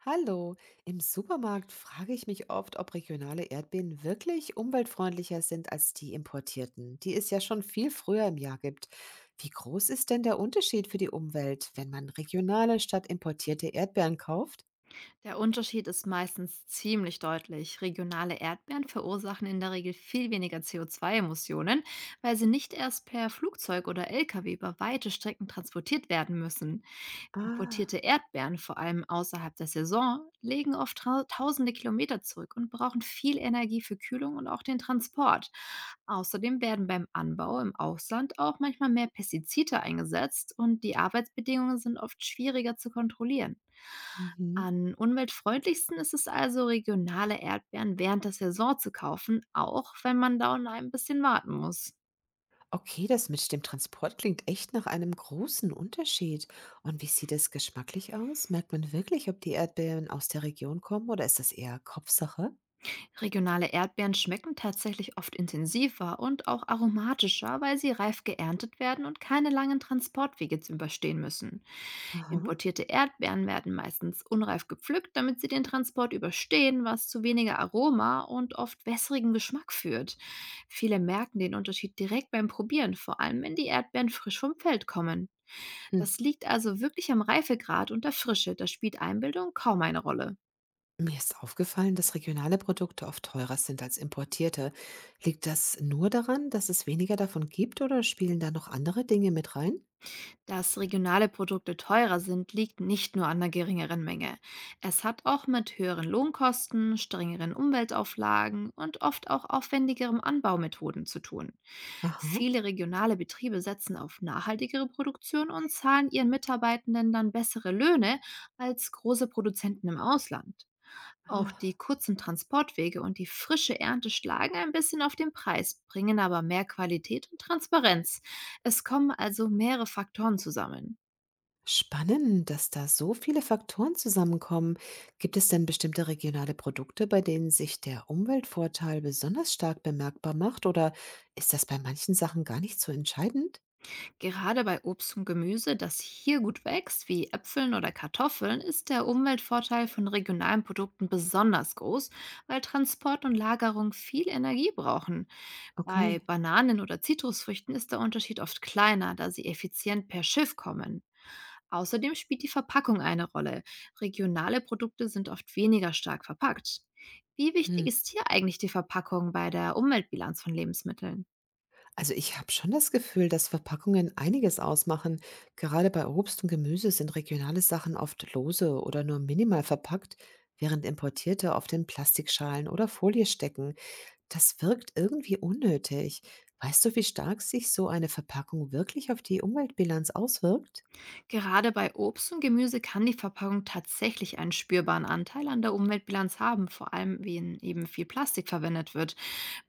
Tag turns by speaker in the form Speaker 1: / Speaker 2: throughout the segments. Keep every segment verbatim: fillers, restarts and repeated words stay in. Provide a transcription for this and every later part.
Speaker 1: Hallo, im Supermarkt frage ich mich oft, ob regionale Erdbeeren wirklich umweltfreundlicher sind als die importierten, die es ja schon viel früher im Jahr gibt. Wie groß ist denn der Unterschied für die Umwelt, wenn man regionale statt importierte Erdbeeren kauft?
Speaker 2: Der Unterschied ist meistens ziemlich deutlich. Regionale Erdbeeren verursachen in der Regel viel weniger C O zwei Emissionen, weil sie nicht erst per Flugzeug oder Lkw über weite Strecken transportiert werden müssen.
Speaker 1: Ah,
Speaker 2: Importierte Erdbeeren, vor allem außerhalb der Saison, legen oft trau- tausende Kilometer zurück und brauchen viel Energie für Kühlung und auch den Transport. Außerdem werden beim Anbau im Ausland auch manchmal mehr Pestizide eingesetzt und die Arbeitsbedingungen sind oft schwieriger zu kontrollieren.
Speaker 1: mhm.
Speaker 2: Am umweltfreundlichsten ist es also, regionale Erdbeeren während der Saison zu kaufen, auch wenn man da ein bisschen warten muss.
Speaker 1: Okay, das mit dem Transport klingt echt nach einem großen Unterschied. Und wie sieht es geschmacklich aus? Merkt man wirklich, ob die Erdbeeren aus der Region kommen oder ist das eher Kopfsache?
Speaker 2: Regionale Erdbeeren schmecken tatsächlich oft intensiver und auch aromatischer, weil sie reif geerntet werden und keine langen Transportwege zu überstehen müssen.
Speaker 1: Aha.
Speaker 2: Importierte Erdbeeren werden meistens unreif gepflückt, damit sie den Transport überstehen, was zu weniger Aroma und oft wässrigem Geschmack führt. Viele merken den Unterschied direkt beim Probieren, vor allem wenn die Erdbeeren frisch vom Feld kommen. Das liegt also wirklich am Reifegrad und der Frische, da spielt Einbildung kaum eine Rolle.
Speaker 1: Mir ist aufgefallen, dass regionale Produkte oft teurer sind als importierte. Liegt das nur daran, dass es weniger davon gibt oder spielen da noch andere Dinge mit rein?
Speaker 2: Dass regionale Produkte teurer sind, liegt nicht nur an der geringeren Menge. Es hat auch mit höheren Lohnkosten, strengeren Umweltauflagen und oft auch aufwendigerem Anbaumethoden zu tun.
Speaker 1: Aha.
Speaker 2: Viele regionale Betriebe setzen auf nachhaltigere Produktion und zahlen ihren Mitarbeitenden dann bessere Löhne als große Produzenten im Ausland. Auch die
Speaker 1: Ah,
Speaker 2: kurzen Transportwege und die frische Ernte schlagen ein bisschen auf den Preis, bringen aber mehr Qualität und Transparenz. Es kommen also mehrere Faktoren zusammen.
Speaker 1: spannend, dass da so viele Faktoren zusammenkommen. Gibt es denn bestimmte regionale Produkte, bei denen sich der Umweltvorteil besonders stark bemerkbar macht oder ist das bei manchen Sachen gar nicht so entscheidend?
Speaker 2: Gerade bei Obst und Gemüse, das hier gut wächst, wie Äpfeln oder Kartoffeln, ist der Umweltvorteil von regionalen Produkten besonders groß, weil Transport und Lagerung viel Energie brauchen. Bei
Speaker 1: Okay.
Speaker 2: Bananen oder Zitrusfrüchten ist der Unterschied oft kleiner, da sie effizient per Schiff kommen. Außerdem spielt die Verpackung eine Rolle. Regionale Produkte sind oft weniger stark verpackt. Wie wichtig ist hier eigentlich die Verpackung bei der Umweltbilanz von Lebensmitteln?
Speaker 1: Also ich habe schon das Gefühl, dass Verpackungen einiges ausmachen. Gerade bei Obst und Gemüse sind regionale Sachen oft lose oder nur minimal verpackt, während importierte oft in Plastikschalen oder Folie stecken. Das wirkt irgendwie unnötig. Weißt du, wie stark sich so eine Verpackung wirklich auf die Umweltbilanz auswirkt?
Speaker 2: Gerade bei Obst und Gemüse kann die Verpackung tatsächlich einen spürbaren Anteil an der Umweltbilanz haben, vor allem wenn eben viel Plastik verwendet wird.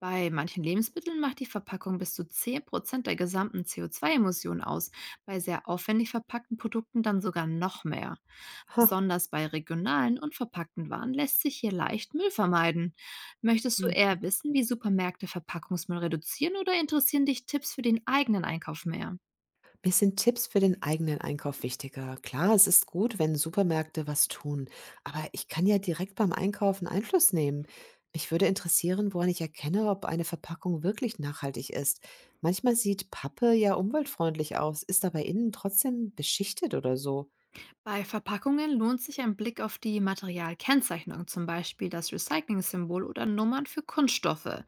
Speaker 2: Bei manchen Lebensmitteln macht die Verpackung bis zu zehn Prozent der gesamten C O zwei Emissionen aus, bei sehr aufwendig verpackten Produkten dann sogar noch mehr.
Speaker 1: Ha.
Speaker 2: Besonders bei regionalen und verpackten Waren lässt sich hier leicht Müll vermeiden. Möchtest du eher wissen, wie Supermärkte Verpackungsmüll reduzieren oder interessieren dich Tipps für den eigenen Einkauf mehr?
Speaker 1: Mir sind Tipps für den eigenen Einkauf wichtiger. Klar, es ist gut, wenn Supermärkte was tun, aber ich kann ja direkt beim Einkaufen Einfluss nehmen. Mich würde interessieren, woran ich erkenne, ob eine Verpackung wirklich nachhaltig ist. Manchmal sieht Pappe ja umweltfreundlich aus, ist aber innen trotzdem beschichtet oder so.
Speaker 2: Bei Verpackungen lohnt sich ein Blick auf die Materialkennzeichnung, zum Beispiel das Recycling-Symbol oder Nummern für Kunststoffe.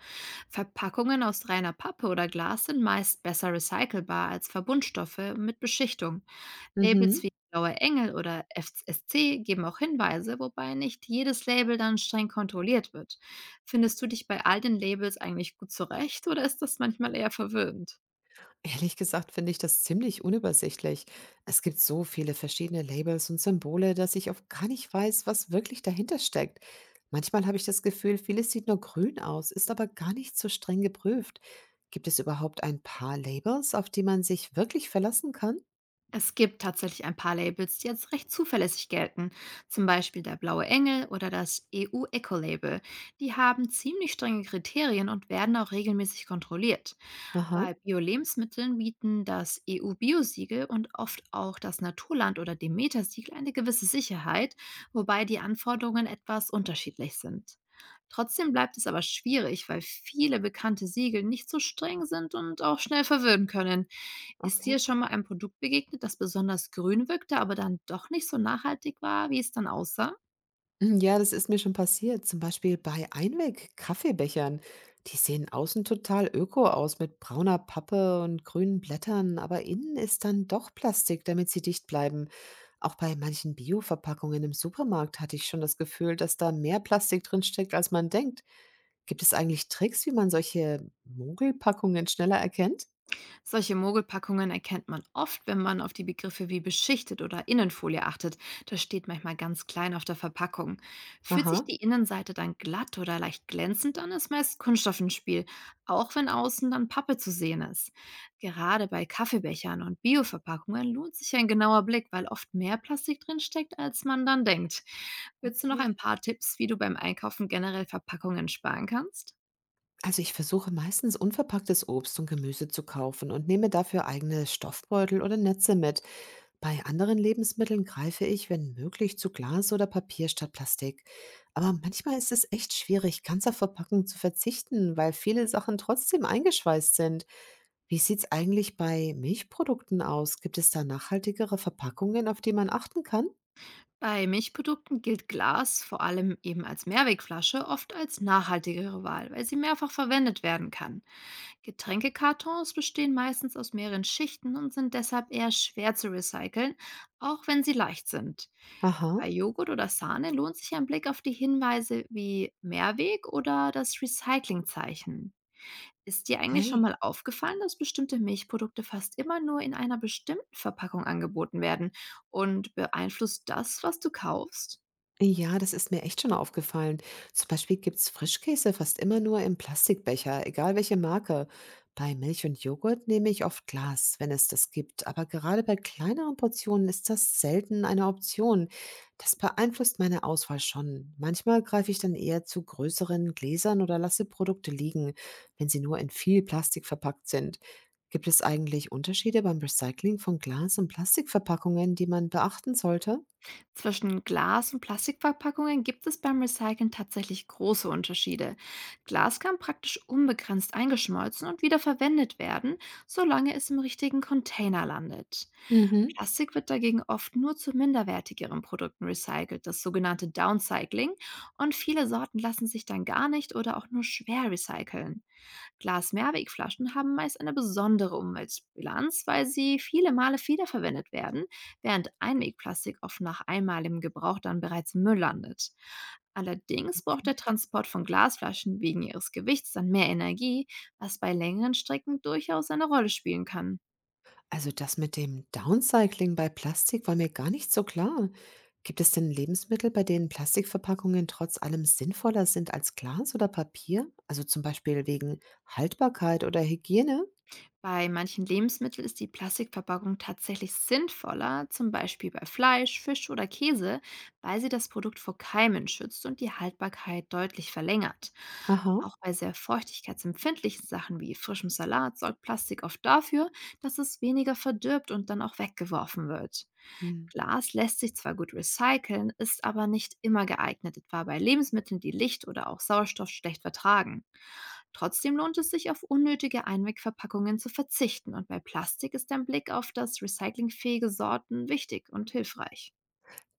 Speaker 2: Verpackungen aus reiner Pappe oder Glas sind meist besser recycelbar als Verbundstoffe mit Beschichtung. Labels
Speaker 1: Mhm.
Speaker 2: wie Blaue Engel oder F S C geben auch Hinweise, wobei nicht jedes Label dann streng kontrolliert wird. Findest du dich bei all den Labels eigentlich gut zurecht oder ist das manchmal eher verwirrend?
Speaker 1: Ehrlich gesagt finde ich das ziemlich unübersichtlich. Es gibt so viele verschiedene Labels und Symbole, dass ich oft gar nicht weiß, was wirklich dahinter steckt. Manchmal habe ich das Gefühl, vieles sieht nur grün aus, ist aber gar nicht so streng geprüft. Gibt es überhaupt ein paar Labels, auf die man sich wirklich verlassen kann?
Speaker 2: Es gibt tatsächlich ein paar Labels, die als recht zuverlässig gelten, zum Beispiel der Blaue Engel oder das E U-Eco-Label. Die haben ziemlich strenge Kriterien und werden auch regelmäßig kontrolliert.
Speaker 1: Aha,
Speaker 2: Bei Bio-Lebensmitteln bieten das E U-Biosiegel und oft auch das Naturland- oder Demeter-Siegel eine gewisse Sicherheit, wobei die Anforderungen etwas unterschiedlich sind. Trotzdem bleibt es aber schwierig, weil viele bekannte Siegel nicht so streng sind und auch schnell verwirren können. Ist dir
Speaker 1: okay.
Speaker 2: schon mal ein Produkt begegnet, das besonders grün wirkte, aber dann doch nicht so nachhaltig war, wie es dann aussah?
Speaker 1: Hm, ja, das ist mir schon passiert, zum Beispiel bei Einweg-Kaffeebechern. Die sehen außen total öko aus mit brauner Pappe und grünen Blättern, aber innen ist dann doch Plastik, damit sie dicht bleiben. Auch bei manchen Bio-Verpackungen im Supermarkt hatte ich schon das Gefühl, dass da mehr Plastik drin steckt, als man denkt. Gibt es eigentlich Tricks, wie man solche Mogelpackungen schneller erkennt?
Speaker 2: Solche Mogelpackungen erkennt man oft, wenn man auf die Begriffe wie beschichtet oder Innenfolie achtet. Das steht manchmal ganz klein auf der Verpackung. Fühlt sich
Speaker 1: Aha.
Speaker 2: die Innenseite dann glatt oder leicht glänzend an, ist meist Kunststoff im Spiel, auch wenn außen dann Pappe zu sehen ist. Gerade bei Kaffeebechern und Bioverpackungen lohnt sich ein genauer Blick, weil oft mehr Plastik drinsteckt, als man dann denkt. Willst du noch ein
Speaker 1: Okay.
Speaker 2: paar Tipps, wie du beim Einkaufen generell Verpackungen sparen kannst?
Speaker 1: Also ich versuche meistens unverpacktes Obst und Gemüse zu kaufen und nehme dafür eigene Stoffbeutel oder Netze mit. Bei anderen Lebensmitteln greife ich, wenn möglich, zu Glas oder Papier statt Plastik. Aber manchmal ist es echt schwierig, ganz auf Verpackung zu verzichten, weil viele Sachen trotzdem eingeschweißt sind. Wie sieht's eigentlich bei Milchprodukten aus? Gibt es da nachhaltigere Verpackungen, auf die man achten kann?
Speaker 2: Bei Milchprodukten gilt Glas vor allem eben als Mehrwegflasche oft als nachhaltigere Wahl, weil sie mehrfach verwendet werden kann. Getränkekartons bestehen meistens aus mehreren Schichten und sind deshalb eher schwer zu recyceln, auch wenn sie leicht sind.
Speaker 1: Aha,
Speaker 2: Bei Joghurt oder Sahne lohnt sich ein Blick auf die Hinweise wie Mehrweg oder das Recyclingzeichen. Ist dir eigentlich schon
Speaker 1: okay.
Speaker 2: mal aufgefallen, dass bestimmte Milchprodukte fast immer nur in einer bestimmten Verpackung angeboten werden und beeinflusst das, was du kaufst?
Speaker 1: Ja, das ist mir echt schon aufgefallen. Zum Beispiel gibt's Frischkäse fast immer nur im Plastikbecher, egal welche Marke. Bei Milch und Joghurt nehme ich oft Glas, wenn es das gibt, aber gerade bei kleineren Portionen ist das selten eine Option. Das beeinflusst meine Auswahl schon. Manchmal greife ich dann eher zu größeren Gläsern oder lasse Produkte liegen, wenn sie nur in viel Plastik verpackt sind. Gibt es eigentlich Unterschiede beim Recycling von Glas- und Plastikverpackungen, die man beachten sollte?
Speaker 2: Zwischen Glas- und Plastikverpackungen gibt es beim Recyceln tatsächlich große Unterschiede. Glas kann praktisch unbegrenzt eingeschmolzen und wieder verwendet werden, solange es im richtigen Container landet.
Speaker 1: Mhm.
Speaker 2: Plastik wird dagegen oft nur zu minderwertigeren Produkten recycelt, das sogenannte Downcycling, und viele Sorten lassen sich dann gar nicht oder auch nur schwer recyceln. Glas-Mehrwegflaschen haben meist eine besondere Umweltbilanz, weil sie viele Male wiederverwendet werden, während Einwegplastik oft nach einmaligem Gebrauch dann bereits im Müll landet. Allerdings braucht der Transport von Glasflaschen wegen ihres Gewichts dann mehr Energie, was bei längeren Strecken durchaus eine Rolle spielen kann.
Speaker 1: Also das mit dem Downcycling bei Plastik war mir gar nicht so klar. Gibt es denn Lebensmittel, bei denen Plastikverpackungen trotz allem sinnvoller sind als Glas oder Papier? Also zum Beispiel wegen Haltbarkeit oder Hygiene?
Speaker 2: Bei manchen Lebensmitteln ist die Plastikverpackung tatsächlich sinnvoller, zum Beispiel bei Fleisch, Fisch oder Käse, weil sie das Produkt vor Keimen schützt und die Haltbarkeit deutlich verlängert.
Speaker 1: Aha.
Speaker 2: Auch bei sehr feuchtigkeitsempfindlichen Sachen wie frischem Salat sorgt Plastik oft dafür, dass es weniger verdirbt und dann auch weggeworfen wird.
Speaker 1: Hm.
Speaker 2: Glas lässt sich zwar gut recyceln, ist aber nicht immer geeignet, etwa bei Lebensmitteln, die Licht oder auch Sauerstoff schlecht vertragen. Trotzdem lohnt es sich, auf unnötige Einwegverpackungen zu verzichten und bei Plastik ist ein Blick auf das recyclingfähige Sorten wichtig und hilfreich.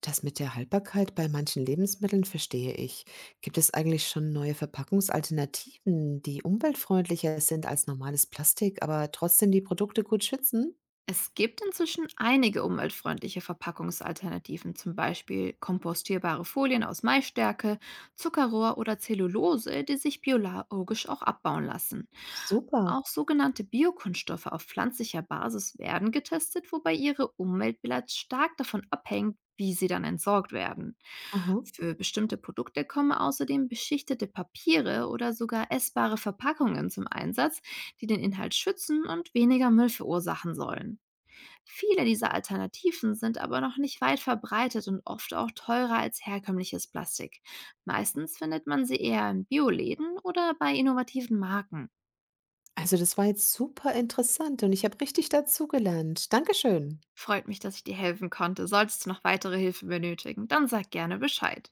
Speaker 1: Das mit der Haltbarkeit bei manchen Lebensmitteln verstehe ich. Gibt es eigentlich schon neue Verpackungsalternativen, die umweltfreundlicher sind als normales Plastik, aber trotzdem die Produkte gut schützen?
Speaker 2: Es gibt inzwischen einige umweltfreundliche Verpackungsalternativen, zum Beispiel kompostierbare Folien aus Maisstärke, Zuckerrohr oder Zellulose, die sich biologisch auch abbauen lassen.
Speaker 1: Super.
Speaker 2: Auch sogenannte Biokunststoffe auf pflanzlicher Basis werden getestet, wobei ihre Umweltbilanz stark davon abhängt, wie sie dann entsorgt werden.
Speaker 1: Aha.
Speaker 2: Für bestimmte Produkte kommen außerdem beschichtete Papiere oder sogar essbare Verpackungen zum Einsatz, die den Inhalt schützen und weniger Müll verursachen sollen. Viele dieser Alternativen sind aber noch nicht weit verbreitet und oft auch teurer als herkömmliches Plastik. Meistens findet man sie eher in Bioläden oder bei innovativen Marken.
Speaker 1: Also, das war jetzt super interessant und ich habe richtig dazugelernt. Dankeschön.
Speaker 2: Freut mich, dass ich dir helfen konnte. Solltest du noch weitere Hilfe benötigen, dann sag gerne Bescheid.